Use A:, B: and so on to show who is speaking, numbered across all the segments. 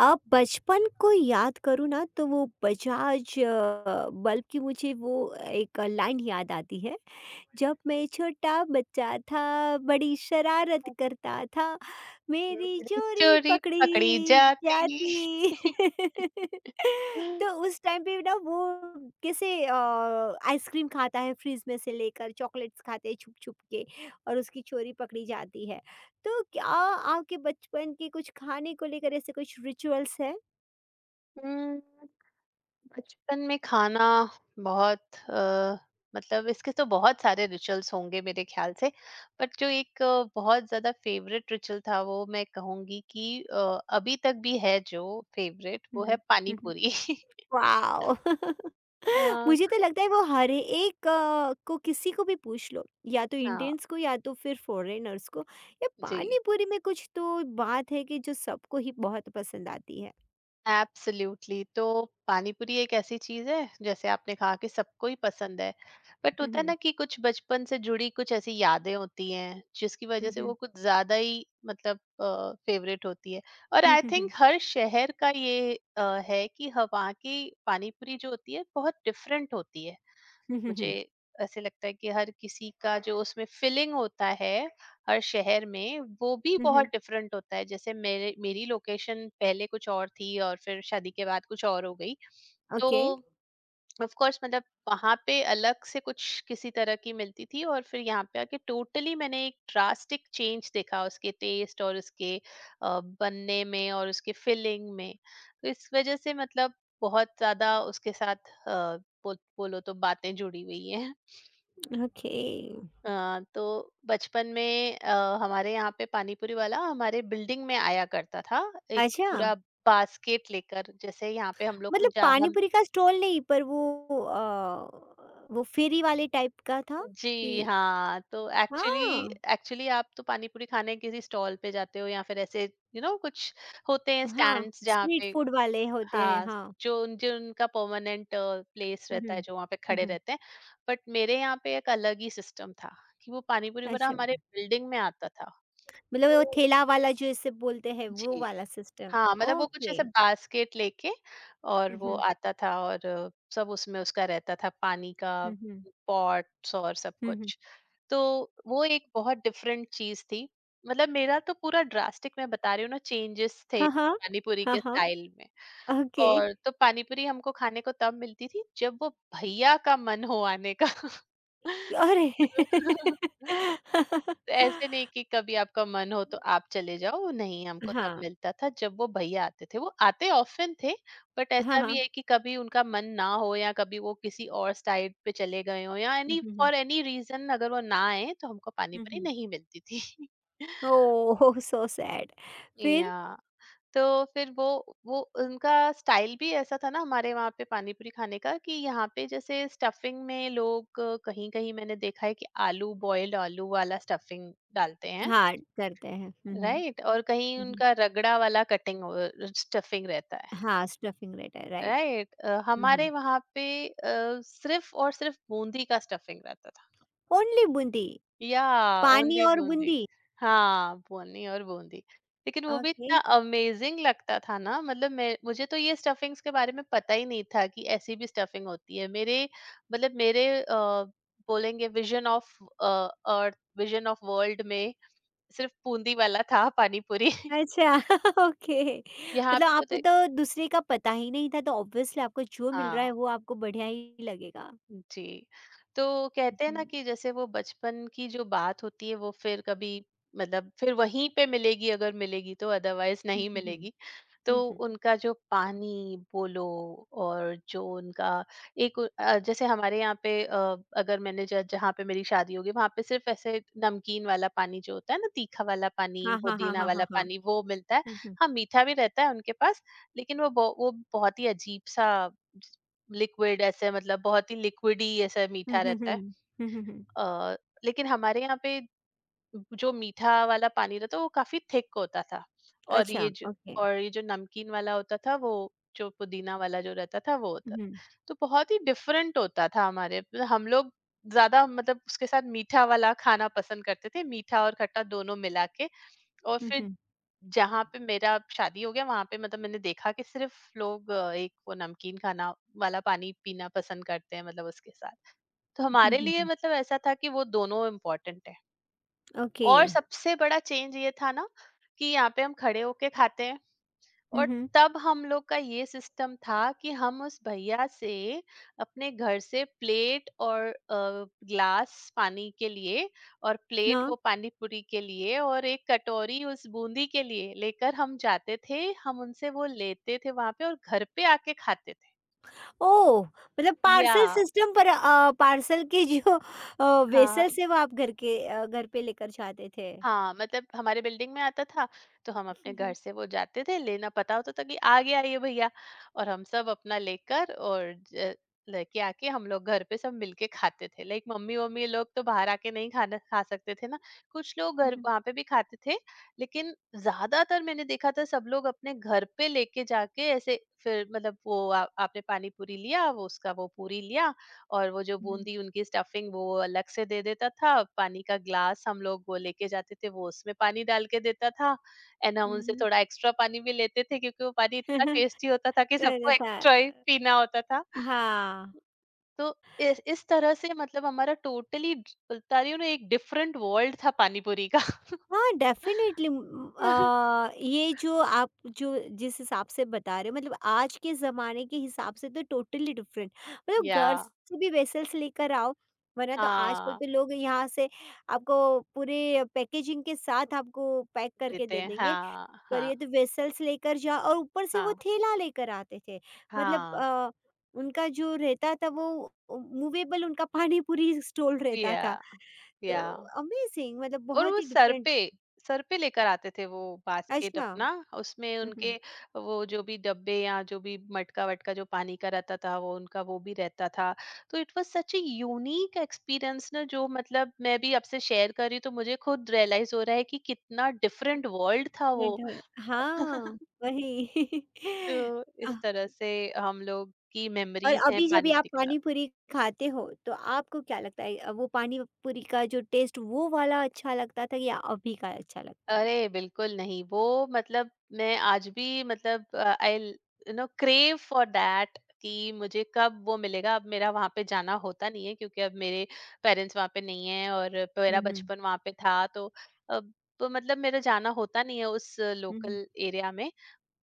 A: अब बचपन को याद करूँ ना तो वो बजाज बल्ब की मुझे वो एक लाइन याद आती है। जब मैं छोटा बच्चा था, बड़ी शरारत करता था, मेरी
B: मेरी
A: चोरी
B: चोरी पकड़ी
A: पकड़ी
B: जाती।
A: जाती। तो उस टाइम पे ना वो कैसे आइसक्रीम खाता है फ्रिज में से लेकर, चॉकलेट्स खाते हैं छुप-छुप के और उसकी चोरी पकड़ी जाती है। तो क्या आपके बचपन के कुछ खाने को लेकर ऐसे कुछ रिचुअल्स हैं?
B: हुँ। बचपन में खाना बहुत मतलब इसके तो बहुत सारे रिचुअल्स होंगे मेरे ख्याल से। बट जो एक बहुत ज्यादा फेवरेट रिचुअल था वो मैं कहूंगी कि अभी तक भी है जो फेवरेट
A: हुँ,
B: वो है
A: हुँ।
B: पानी
A: हुँ, हुँ।
B: पूरी।
A: वाओ!
B: हाँ,
A: मुझे तो लगता है वो हर एक को किसी को भी पूछ लो, या तो
B: हाँ,
A: इंडियंस को या तो फिर फॉरेनर्स को, ये पानी
B: जी।
A: पूरी में कुछ तो बात है कि जो सबको ही बहुत पसंद आती है।
B: एब्सोल्युटली। तो पानी पूरी एक ऐसी चीज है जैसे आपने कहा कि सबको ही पसंद है। बट
A: हुँ,
B: होता है
A: हुँ।
B: ना कि कुछ बचपन से जुड़ी कुछ ऐसी यादें होती हैं जिसकी वजह
A: हुँ,
B: से
A: हुँ।
B: वो कुछ ज्यादा ही मतलब फेवरेट होती है। और
A: हुँ,
B: आई
A: हुँ,
B: थिंक
A: हुँ।
B: हर शहर का ये है कि वहाँ की पानी पूरी जो होती है बहुत डिफरेंट होती है।
A: हुँ, हुँ,
B: मुझे
A: हुँ।
B: ऐसे लगता है कि हर किसी का जो उसमें फीलिंग होता है हर शहर में वो भी
A: हुँ,
B: बहुत
A: हुँ।
B: डिफरेंट होता है। जैसे मेरे मेरी लोकेशन पहले कुछ और थी और फिर शादी के बाद कुछ और हो गई। तो
A: ओके,
B: ऑफ कोर्स मतलब वहां पे अलग से कुछ किसी तरह की मिलती थी और फिर यहाँ पे आके टोटली मैंने एक ड्रास्टिक चेंज देखा उसके टेस्ट और उसके बनने में और उसके फिलिंग में। तो इस वजह से मतलब बहुत ज्यादा उसके साथ अ, बोलो तो बातें जुड़ी हुई हैं।
A: ओके।
B: तो बचपन में हमारे यहाँ पे पानीपुरी वाला हमारे बिल्डिंग में आया करता था एक
A: अच्छा,
B: पूरा बास्केट लेकर। जैसे यहाँ पे हम लोग को
A: मतलब
B: जा
A: पानी
B: हम
A: पूरी का स्टॉल नहीं पर वो फेरी वाले टाइप का था कि।
B: जी हाँ, तो एक्चुअली
A: हाँ,
B: एक्चुअली आप तो पानी पूरी खाने किसी स्टॉल पे जाते हो या फिर ऐसे यू नो कुछ होते हैं
A: हाँ,
B: स्टैंड्स जहाँ
A: स्ट्रीट
B: पे
A: फूड वाले होते हैं,
B: हाँ,
A: हाँ।
B: जो उनका परमानेंट प्लेस
A: हुँ,
B: रहता
A: हुँ।
B: है, जो वहाँ पे
A: हुँ,
B: खड़े
A: हुँ।
B: रहते हैं। बट मेरे यहाँ पे एक अलग ही सिस्टम था कि वो पानी पूरी वाला
A: अच्छा,
B: हमारे बिल्डिंग में आता था।
A: मतलब वो
B: तो
A: ठेला वाला जो इसे बोलते हैं वो
B: जी।
A: वाला सिस्टम।
B: हाँ, मतलब वो कुछ
A: ओके।
B: ऐसे बास्केट लेके और
A: हुँ,
B: वो
A: हुँ।
B: आता था और सब उसमें उसका रहता था पानी का
A: हुँ, हुँ।
B: पॉट्स और सब
A: हुँ, हुँ।
B: कुछ। तो वो एक बहुत डिफरेंट चीज़ थी। मतलब मेरा तो पूरा ड्रास्टिक मैं बता रही हूँ ना चेंजेस थे
A: हाँ, हाँ।
B: पानी पूरी
A: हाँ,
B: के
A: हाँ।
B: स्टाइल में।
A: ओके।
B: और तो पानी पूरी हमको खाने को तब मिलती थी जब वो भैया का मन हो आने का।
A: अरे!
B: ऐसे नहीं कि कभी आपका मन हो तो आप चले जाओ, नहीं हमको तब
A: हाँ।
B: मिलता था जब वो भैया आते थे। वो आते ऑफ़न थे। बट
A: हाँ,
B: ऐसा भी
A: हाँ।
B: है कि कभी उनका मन ना हो या कभी वो किसी और साइड पे चले गए हों या
A: हुँ, हुँ, हुँ।
B: एनी रीज़न अगर वो ना आए तो हमको
A: हुँ,
B: पानी-पूरी
A: हुँ।
B: नहीं मिलती थी।
A: ओह! So sad. फिर?
B: या, तो फिर वो उनका स्टाइल भी ऐसा था ना हमारे वहाँ पे पानी-पूरी खाने का कि यहाँ पे जैसे स्टफिंग में लोग कहीं-कहीं मैंने देखा है कि आलू बॉइल्ड आलू वाला स्टफिंग डालते हैं।
A: हाँ, करते हैं। हुँ, हुँ।
B: राइट। और कहीं
A: हुँ, हुँ।
B: उनका रगड़ा वाला कटिंग स्टफिंग रहता है।
A: हाँ, स्टफिंग रहता है, राइट।
B: राइट।
A: हुँ,
B: हमारे
A: हुँ।
B: वहां पे सिर्फ और सिर्फ बूंदी का स्टफिंग रहता था।
A: ओनली बूंदी?
B: या,
A: पानी
B: ओनली
A: और
B: बूंदी।
A: बूंदी?
B: हाँ, बूंदी और बूंदी। लेकिन वो भी
A: ओके।
B: इतना अमेजिंग लगता था ना मतलब मैं मुझे तो ये स्टफिंग्स के बारे में पता ही नहीं था कि ऐसी भी स्टफिंग होती है। मेरे मतलब मेरे बोलेंगे विजन ऑफ वर्ल्ड में सिर्फ बूंदी वाला था पानी पूरी।
A: अच्छा ओके,
B: यहाँ
A: मतलब
B: पे
A: आपको
B: तो
A: तो दूसरे का पता ही नहीं था, तो ऑब्वियसली आपको जो मिल रहा है
B: हाँ,
A: वो आपको बढ़िया ही लगेगा।
B: जी। तो कहते हैं
A: हुँ,
B: ना कि जैसे वो बचपन की जो बात होती है वो फिर कभी मतलब फिर वहीं पे मिलेगी अगर मिलेगी तो अदरवाइज़
A: हुँ,
B: नहीं
A: हुँ, हुँ,
B: मिलेगी। तो
A: हुँ, हुँ।
B: उनका जो पानी बोलो और जो उनका एक जैसे हमारे यहाँ पे अगर मैंने ज जहाँ पे मेरी शादी होगी वहाँ पे सिर्फ़ ऐसे नमकीन वाला पानी जो होता है ना तीखा वाला
A: हाँ,
B: पानी,
A: हाँ, हाँ,
B: पुदीना
A: हाँ,
B: वाला
A: हाँ, हाँ।
B: पानी वो मिलता है।
A: हुँ, हुँ।
B: हाँ, मीठा भी रहता है उनके पास लेकिन वो ब वो बहुत ही अजीब-सा लिक्विड ऐसे मतलब बहुत ही लिक्विड ही ऐसा
A: हुँ,
B: मीठा
A: हुँ,
B: रहता
A: हुँ।
B: है।
A: हुँ, हुँ, हुँ।
B: अ, लेकिन हमारे यहाँ पे जो मीठा वाला पानी रहता है वो काफी थिक होता था। और
A: अच्छा,
B: ये जो
A: ओके।
B: और ये जो नमकीन वाला होता था वो जो पुदीना वाला जो रहता था वो
A: हुँ,
B: होता
A: हुँ,
B: था। तो बहुत ही डिफरेंट होता था हमारे हम लोग ज्यादा मतलब उसके साथ मीठा वाला खाना पसंद करते थे मीठा और खट्टा दोनों मिला के। और फिर
A: हुँ,
B: जहाँ पे मेरा शादी हो गया वहां पे मतलब मैंने देखा कि सिर्फ लोग एक वो नमकीन खाना वाला पानी पीना पसंद करते हैं मतलब उसके साथ। तो
A: हुँ,
B: हमारे लिए
A: हुँ।
B: मतलब ऐसा था कि वो दोनों इम्पोर्टेंट है।
A: ओके।
B: और सबसे बड़ा चेंज ये था ना कि यहाँ पे हम खड़े होके खाते हैं
A: हुँ,
B: और
A: हुँ।
B: तब हम लोग का ये सिस्टम था कि हम उस भैया से अपने घर से प्लेट और ग्लास पानी के लिए और प्लेट
A: हाँ।
B: वो पानी पूरी के लिए और एक कटोरी उस बूंदी के लिए लेकर हम जाते थे हम उनसे वो लेते थे वहां पे और घर पे आके खाते थे।
A: ओह! मतलब
B: या,
A: पार्सल सिस्टम पर पार्सल के जो
B: हाँ।
A: वेसल्स है वो आप घर पे लेकर जाते थे।
B: हाँ, मतलब हमारे बिल्डिंग में आता था, तो हम अपने
A: हुँ,
B: घर
A: हुँ।
B: से वो जाते थे लेना, पता होता था कि आ गया ये भैया। और हम सब अपना लेकर और ज लेके आके हम लोग घर पे सब मिलके खाते थे। लाइक मम्मी-वम्मी लोग तो बाहर आके नहीं खाना खा सकते थे ना, कुछ लोग
A: हुँ,
B: घर
A: हुँ।
B: वहाँ पे भी खाते थे, लेकिन ज़्यादातर मैंने देखा था सब लोग अपने घर पे लेके जाके ऐसे फिर मतलब वो आ आपने पानी पूरी लिया, वो उसका वो पूरी लिया और वो जो
A: हुँ,
B: बूंदी उनकी स्टफिंग वो अलग से दे देता था। पानी का ग्लास हम लोग वो लेके जाते थे वो उसमें पानी डाल के देता था। एंड हम उनसे
A: हुँ।
B: थोड़ा एक्स्ट्रा पानी भी लेते थे क्योंकि वो पानी
A: हुँ,
B: इतना
A: हुँ।
B: टेस्टी होता था कि
A: तो
B: सबको
A: ऐसा था।
B: एक्स्ट्रा ही पीना होता था।
A: हाँ,
B: तो इस तरह से मतलब हमारा टोटली बता रही हूँ ना एक डिफरेंट वर्ल्ड था पानीपुरी का।
A: हाँ, डेफ़िनेटली। ये जो आप जो जिस हिसाब से बता रहे हो, मतलब आज के ज़माने के हिसाब से तो टोटली डिफ़रेंट। मतलब
B: या,
A: घर से भी वेसल्स लेकर आओ, वरना तो आजकल
B: हाँ,
A: तो लोग यहाँ से आपको पूरे पैकेजिंग के साथ आपको पैक करके
B: देते
A: दे
B: हैं,
A: देंगे,
B: हाँ,
A: पर
B: हाँ,
A: ये तो वेसल्स लेकर जाओ और ऊपर से वो
B: हाँ,
A: थैला लेकर आते थे। मतलब
B: हाँ,
A: उनका जो रहता था वो मूवेबल उनका पानी पूरी स्टॉल रहता था।
B: या,
A: तो
B: या।
A: अमेज़िंग, मतलब
B: और
A: बहुत
B: वो
A: ही डिफरेंट।
B: सर पे लेकर आते थे वो बास्केट
A: अच्छा।
B: अपना
A: हुँ,
B: उसमें
A: हुँ।
B: उनके वो जो भी डब्बे या जो भी मटका वटका जो पानी का रहता था वो उनका वो भी रहता था। तो it was such a unique experience ना जो मतलब मैं भी आपसे शेयर कर रही हूँ तो मुझे खुद रियलाइज हो रहा है कि कितना डिफरेंट वर्ल्ड था वो।
A: डिफरेंट है। हाँ, वही।
B: तो
A: अ,
B: इस तरह से हम लोग की
A: और
B: मेमोरीज हैं
A: अभी जब ये आप
B: पानीपुरी के साथ।
A: पानी पूरी खाते हो, तो आपको क्या लगता है, वो पानी पूरी का जो टेस्ट वो वाला अच्छा लगता था या अभी का अच्छा लगता है?
B: अरे बिल्कुल नहीं वो मतलब मैं आज भी मतलब I you know crave for that कि मुझे कब वो मिलेगा। अब मेरा वहां पे जाना होता नहीं है क्योंकि अब मेरे पेरेंट्स वहां पे नहीं है और
A: हुँ,
B: मेरा
A: हुँ।
B: बचपन वहां पे था। तो अब तो मतलब मेरा जाना होता नहीं है उस
A: हुँ, हुँ।
B: लोकल एरिया में।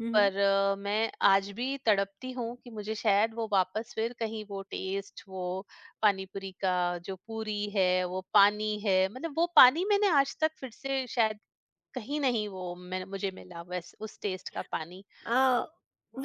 A: हुँ, हुँ।
B: पर मैं आज भी तड़पती हूँ कि मुझे शायद वो वापस फिर कहीं वो टेस्ट वो पानी पूरी का जो पूरी है वो पानी है मतलब वो पानी मैंने आज तक फिर से शायद कहीं नहीं वो मैं मुझे मिला बस उस टेस्ट का पानी।
A: अ,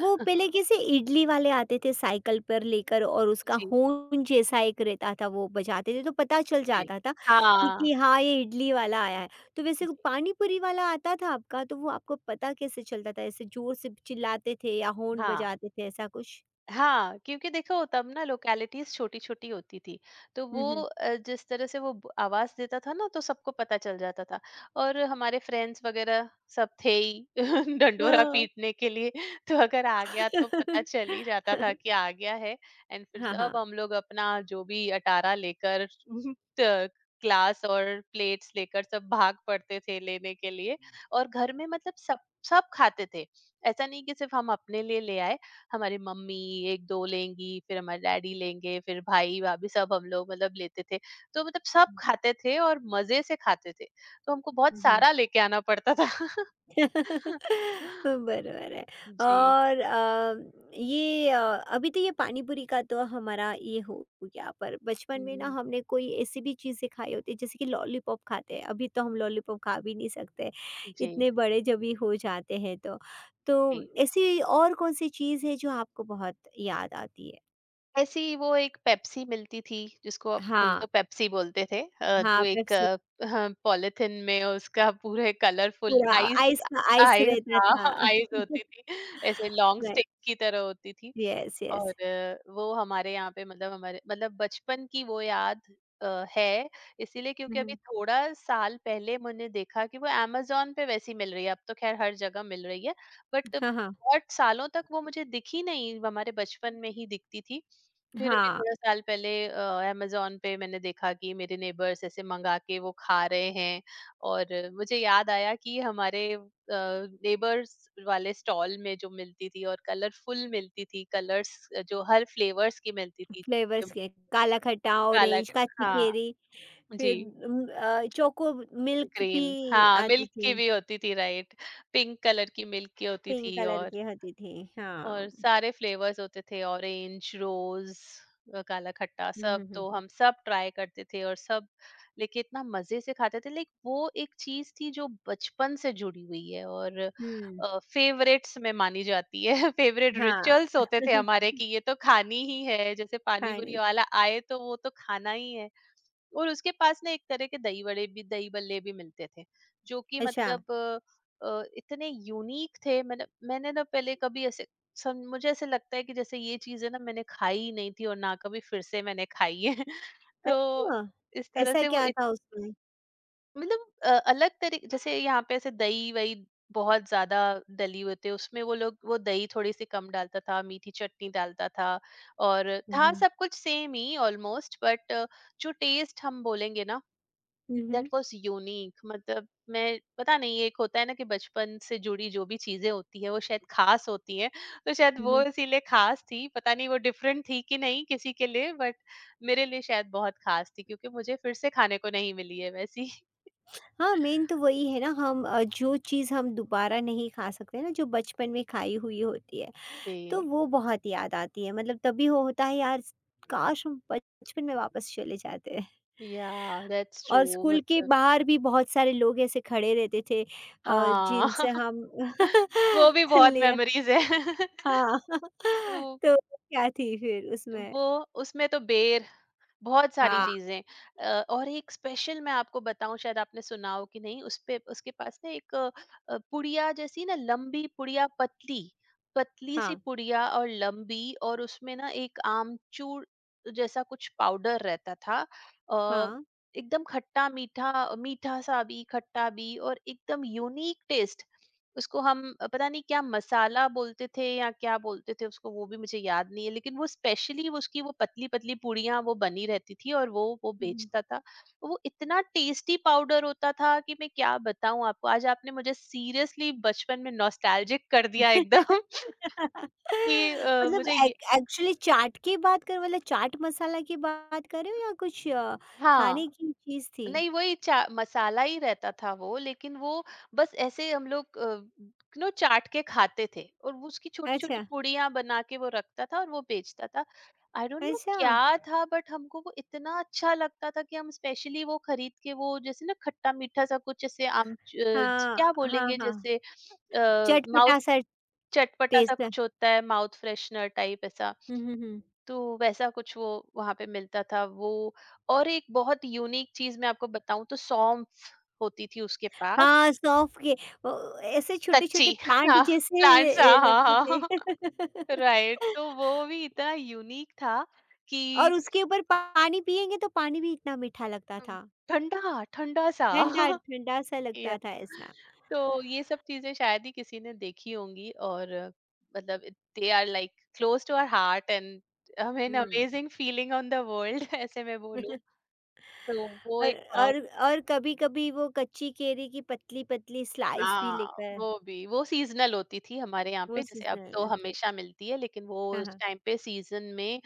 A: वो पहले कैसे इडली वाले आते थे साइकिल पर लेकर और उसका
B: जी,
A: हॉर्न जैसा एक रहता था वो बजाते थे तो पता चल
B: जी।
A: जाता था कि
B: हाँ,
A: कि हाँ ये इडली वाला आया है। तो वैसे
B: जी,
A: वो पानी पूरी वाला आता था आपका, तो वो आपको पता कैसे चलता था, ऐसे जोर से चिल्लाते थे या हॉर्न
B: हाँ।
A: बजाते थे ऐसा कुछ?
B: हाँ, क्योंकि देखो तब ना लोकेलिटीज़ छोटी-छोटी होती थी, तो वो
A: हम्म,
B: जिस तरह से वो ब आवाज़ देता था ना तो सबको पता चल जाता था। और हमारे फ्रेंड्स वगैरह सब थे ही
A: हाँ,
B: डंडोरा पीटने के लिए, तो अगर आ गया तो पता चल ही जाता था कि आ गया है। एंड फिर
A: हाँ
B: सब
A: हाँ,
B: हम लोग अपना जो भी अटारा लेकर त ग्लास और प्लेट्स लेकर सब भाग पड़ते थे लेने के लिए। और घर में मतलब सब सब खाते थे। ऐसा नहीं कि सिर्फ हम अपने लिए ले आए। हमारे मम्मी 1-2 लेंगी, फिर हमारे डैडी लेंगे, फिर भाई-भाभी सब हम लोग मतलब लेते थे। तो मतलब सब खाते थे और मज़े से खाते थे। तो हमको बहुत
A: हाँ।
B: सारा लेके आना पड़ता था।
A: बरोबर आहे।
B: जी।
A: और ये अभी तो ये पानी-पूरी का तो हमारा ये हो गया, पर बचपन में ना
B: हुँ,
A: हमने कोई ऐसी भी चीज़ें खाई होती है, जैसे कि लॉलीपॉप खाते हैं, अभी तो हम लॉलीपॉप खा भी नहीं सकते,
B: जी,
A: इतने बड़े जब भी हो जाते हैं तो। तो
B: जी।
A: ऐसी और कौन-सी चीज़ है जो आपको बहुत याद आती है?
B: ऐसी वो एक पेप्सी मिलती थी जिसको अब हम
A: हाँ,
B: तो पेप्सी बोलते थे
A: हाँ,
B: जो एक
A: पेप्सी।
B: हाँ, पॉलिथीन में उसका पूरे कलरफुल
A: पूरा
B: आइस
A: आइस का आइस
B: आइस
A: रहता
B: हाँ,
A: था।
B: आइस होती थी। ऐसे लॉन्ग
A: राइट,
B: स्टिक की तरह होती थी।
A: यस,
B: और
A: यस।
B: वो हमारे यहाँ पे मतलब हमारे मतलब बचपन की वो याद है इसीलिए
A: हुँ,
B: क्योंकि अभी
A: हुँ।
B: थोड़ा साल पहले मैंने देखा कि वो अमेज़न पे वैसी मिल रही है, अब तो ख़ैर हर जगह मिल रही है। बट
A: हाँ, हाँ।
B: बहुत सालों तक वो मुझे दिखी नहीं, वो हमारे बचपन में ही दिखती थी। फिर अभी
A: हाँ।
B: थोड़ा साल पहले अमेज़न पे मैंने देखा कि मेरे नेबर्स ऐसे मँगा के वो खा रहे हैं। और मुझे याद आया कि हमारे नेबर्स वाले स्टॉल में जो मिलती थी और कलरफुल मिलती थी कलर्स जो हर फ्लेवर्स की मिलती थी
A: फ्लेवर्स
B: जो
A: के काला खट्टा,
B: काला
A: ऑरेंज, काची केरी,
B: हाँ, जी,
A: फिर चोको मिल्क
B: ग्रीन,
A: भी
B: हाँ,
A: आती
B: मिल्क की
A: थी,
B: भी होती थी। राइट, पिंक कलर की मिल्क की होती
A: पिंक
B: थी।
A: कलर
B: और
A: की होती थी।
B: और
A: हाँ।
B: सारे फ्लेवर्स होते थे ऑरेंज रोज काला खट्टा
A: हुँ,
B: सब
A: हुँ, हुँ,
B: तो
A: हुँ।
B: हम सब ट्राई करते थे और सब लेके इतना मजे से खाते थे। लाइक वो एक चीज थी जो बचपन से जुड़ी हुई है और
A: हुँ,
B: फेवरेट्स में मानी जाती है। फेवरेट
A: हाँ।
B: रिचुअल्स होते थे हमारे कि ये तो खानी ही है जैसे पानी
A: खाने।
B: पूरी वाला आए तो वो तो खाना ही है। और उसके पास ना एक तरह के दही बड़े भी दही बल्ले भी मिलते थे जो कि
A: अच्छा,
B: मतलब इतने यूनिक थे। मैंने मैंने ना पहले कभी ऐसे मुझे ऐसे लगता है कि जैसे ये चीजें ना मैंने खाई ही नहीं थी और ना कभी फिर से मैंने खाई है। तो
A: अच्छा!
B: इस तरह
A: ऐसा
B: से वो
A: क्या था उसमें?
B: मतलब अलग तरीके, जैसे यहाँ पे ऐसे दही वही बहुत ज्यादा डली होते उसमें, वो लोग वो दही थोड़ी सी कम डालता था, मीठी चटनी डालता था और
A: हुँ,
B: था
A: हुँ।
B: सब कुछ सेम ही ऑलमोस्ट। बट जो टेस्ट हम बोलेंगे ना,
A: हुँ,
B: दैट
A: हुँ।
B: Was unique. मतलब मैं पता नहीं, एक होता है ना कि बचपन से जुड़ी जो भी चीजें होती है वो शायद खास होती है। तो शायद
A: हुँ,
B: वो
A: हुँ।
B: इसीलिए खास थी, पता नहीं वो डिफरेंट थी कि नहीं किसी के लिए, बट मेरे लिए शायद बहुत खास थी क्योंकि मुझे फिर से खाने को नहीं मिली है वैसी।
A: हाँ, मेन तो वही है ना। हम जो चीज़ हम दोबारा नहीं खा सकते ना, जो बचपन में खाई हुई होती है, तो
B: जी।
A: वो बहुत याद आती है, मतलब तभी वो होता है यार, काश हम बचपन में वापस चले जाते।
B: या दैट्स ट्रू।
A: और स्कूल के
B: मतलब
A: बाहर भी बहुत सारे लोग ऐसे खड़े रहते थे,
B: हाँ।
A: जिनसे हम
B: वो भी बहुत
A: लिया।
B: मेमोरीज है।
A: हाँ
B: वो
A: तो क्या थी फिर उसमें?
B: वो उसमें तो बेर, बहुत सारी
A: हाँ,
B: चीज़ें। और एक स्पेशल मैं आपको बताऊँ, शायद आपने सुना हो कि नहीं। उसपे उसके पास ना एक पुड़िया जैसी ना, लंबी पुड़िया, पतली पतली सी
A: हाँ,
B: पुड़िया और लंबी, और उसमें ना एक आमचूर जैसा कुछ पाउडर रहता था। अ,
A: हाँ।
B: एकदम खट्टा मीठा, मीठा सा भी, खट्टा भी, और एकदम यूनिक टेस्ट। उसको हम पता नहीं क्या मसाला बोलते थे या क्या बोलते थे उसको, वो भी मुझे याद नहीं है। लेकिन वो स्पेशली, वो उसकी वो पतली पतली पूड़ियाँ वो बनी रहती थी और वो
A: हम्म।
B: बेचता था। वो इतना टेस्टी पाउडर होता था कि मैं क्या बताऊं आपको, आज आपने मुझे सीरियसली बचपन में नॉस्टैल्जिक कर दिया एकदम। कि
A: मतलब
B: मुझे ये।
A: एक्चुअली चाट की बात कर, मतलब चाट मसाला की बात कर रहे हो या कुछ खाने
B: हाँ।
A: की चीज थी?
B: नहीं वही चा मसाला ही रहता था वो, लेकिन वो बस ऐसे हम लोग नो चाट के खाते थे और वो उसकी छोटी-छोटी
A: अच्छा।
B: पूड़ियाँ बना के वो रखता था और वो बेचता था। आई डोंट नो
A: अच्छा।
B: क्या था, बट हमको वो इतना अच्छा लगता था कि हम स्पेशली वो खरीद के वो, जैसे ना खट्टा-मीठा सा कुछ जैसे
A: हाँ,
B: क्या
A: हाँ,
B: बोलेंगे,
A: हाँ,
B: जैसे माउथ,
A: चटपटा-सा
B: चटपटा सा
A: टेस्ट है।
B: कुछ होता है, माउथ फ्रेशनर टाइप ऐसा,
A: हुँ, हुँ, हुँ।
B: तो वैसा कुछ वो वहाँ पे मिलता था वो। और एक बहुत यूनिक चीज़ मैं आपको बताऊँ, तो सौंफ होती थी उसके पास,
A: हाँ, सौंफ के। ओ, ऐसे छोटे-छोटे
B: कच्ची।
A: प्लांट
B: हाँ,
A: जैसे
B: प्लांट्स। हाँ,
A: लगते
B: हाँ, हाँ।
A: थे।
B: राइट, तो वो भी इतना यूनिक था कि
A: और उसके ऊपर पानी पिएँगे तो पानी भी इतना मीठा लगता था,
B: ठंडा ठंडा सा।
A: ठंडा-ठंडा सा
B: या,
A: लगता था ऐसा।
B: तो ये सब चीजें शायद ही किसी ने देखी होंगी। और मतलब they are like close to our heart and हमें
A: हुँ।
B: Amazing feeling on the world, ऐसे मैं बोलूं तो वो
A: और
B: एक song।
A: और और कभी-कभी वो कच्ची केरी की पतली-पतली स्लाइस भी
B: हाँ,
A: लेकर,
B: वो भी, वो सीज़नल होती थी हमारे यहाँ
A: वो
B: पे, जैसे अब
A: सीज़नल
B: तो
A: आते।
B: हमेशा मिलती है, लेकिन वो
A: हाँ,
B: उस
A: हाँ।
B: टाइम पे सीज़न में।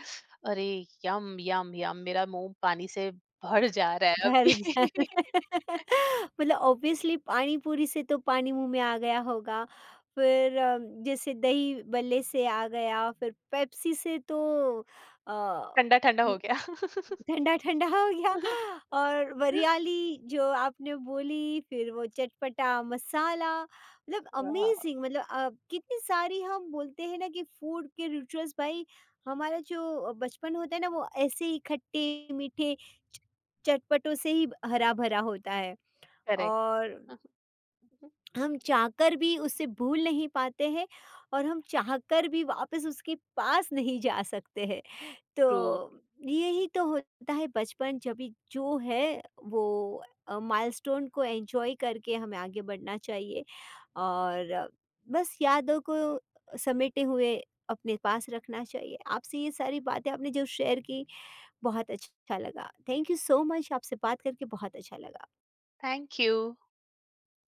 B: अरे! यम, यम, यम, मेरा मुँह पानी से भर जा रहा है
A: भर जा
B: अभी।
A: मतलब ऑब्वियसली पानी पूरी से तो पानी मुंह में आ गया होगा, फिर जैसे दही बल्ले से आ गया, फिर पेप्सी से तो अ,
B: ठंडा-ठंडा हो गया।
A: ठंडा ठंडा हो गया। और वरियाली जो आपने बोली, फिर वो चटपटा मसाला, मतलब
B: वाह!
A: अमेजिंग। मतलब कितनी सारी हम बोलते हैं ना कि फूड के रिचुअल्स भाई, हमारा जो बचपन होता है ना वो ऐसे ही खट्टे मीठे चटपटों से ही हरा भरा होता है।
B: करेक्ट।
A: और हम चाहकर भी उसे भूल नहीं पाते हैं, और हम चाहकर भी वापस उसके पास नहीं जा सकते हैं। तो
B: ट्रू।
A: यही तो होता है बचपन। जब भी जो है वो माइलस्टोन को एंजॉय करके हमें आगे बढ़ना चाहिए और बस यादों को समेटे हुए अपने पास रखना चाहिए। आपसे ये सारी बातें, आपने जो शेयर की, बहुत अच्छा लगा। थैंक यू सो मच, आपसे बात करके बहुत अच्छा लगा।
B: Thank you.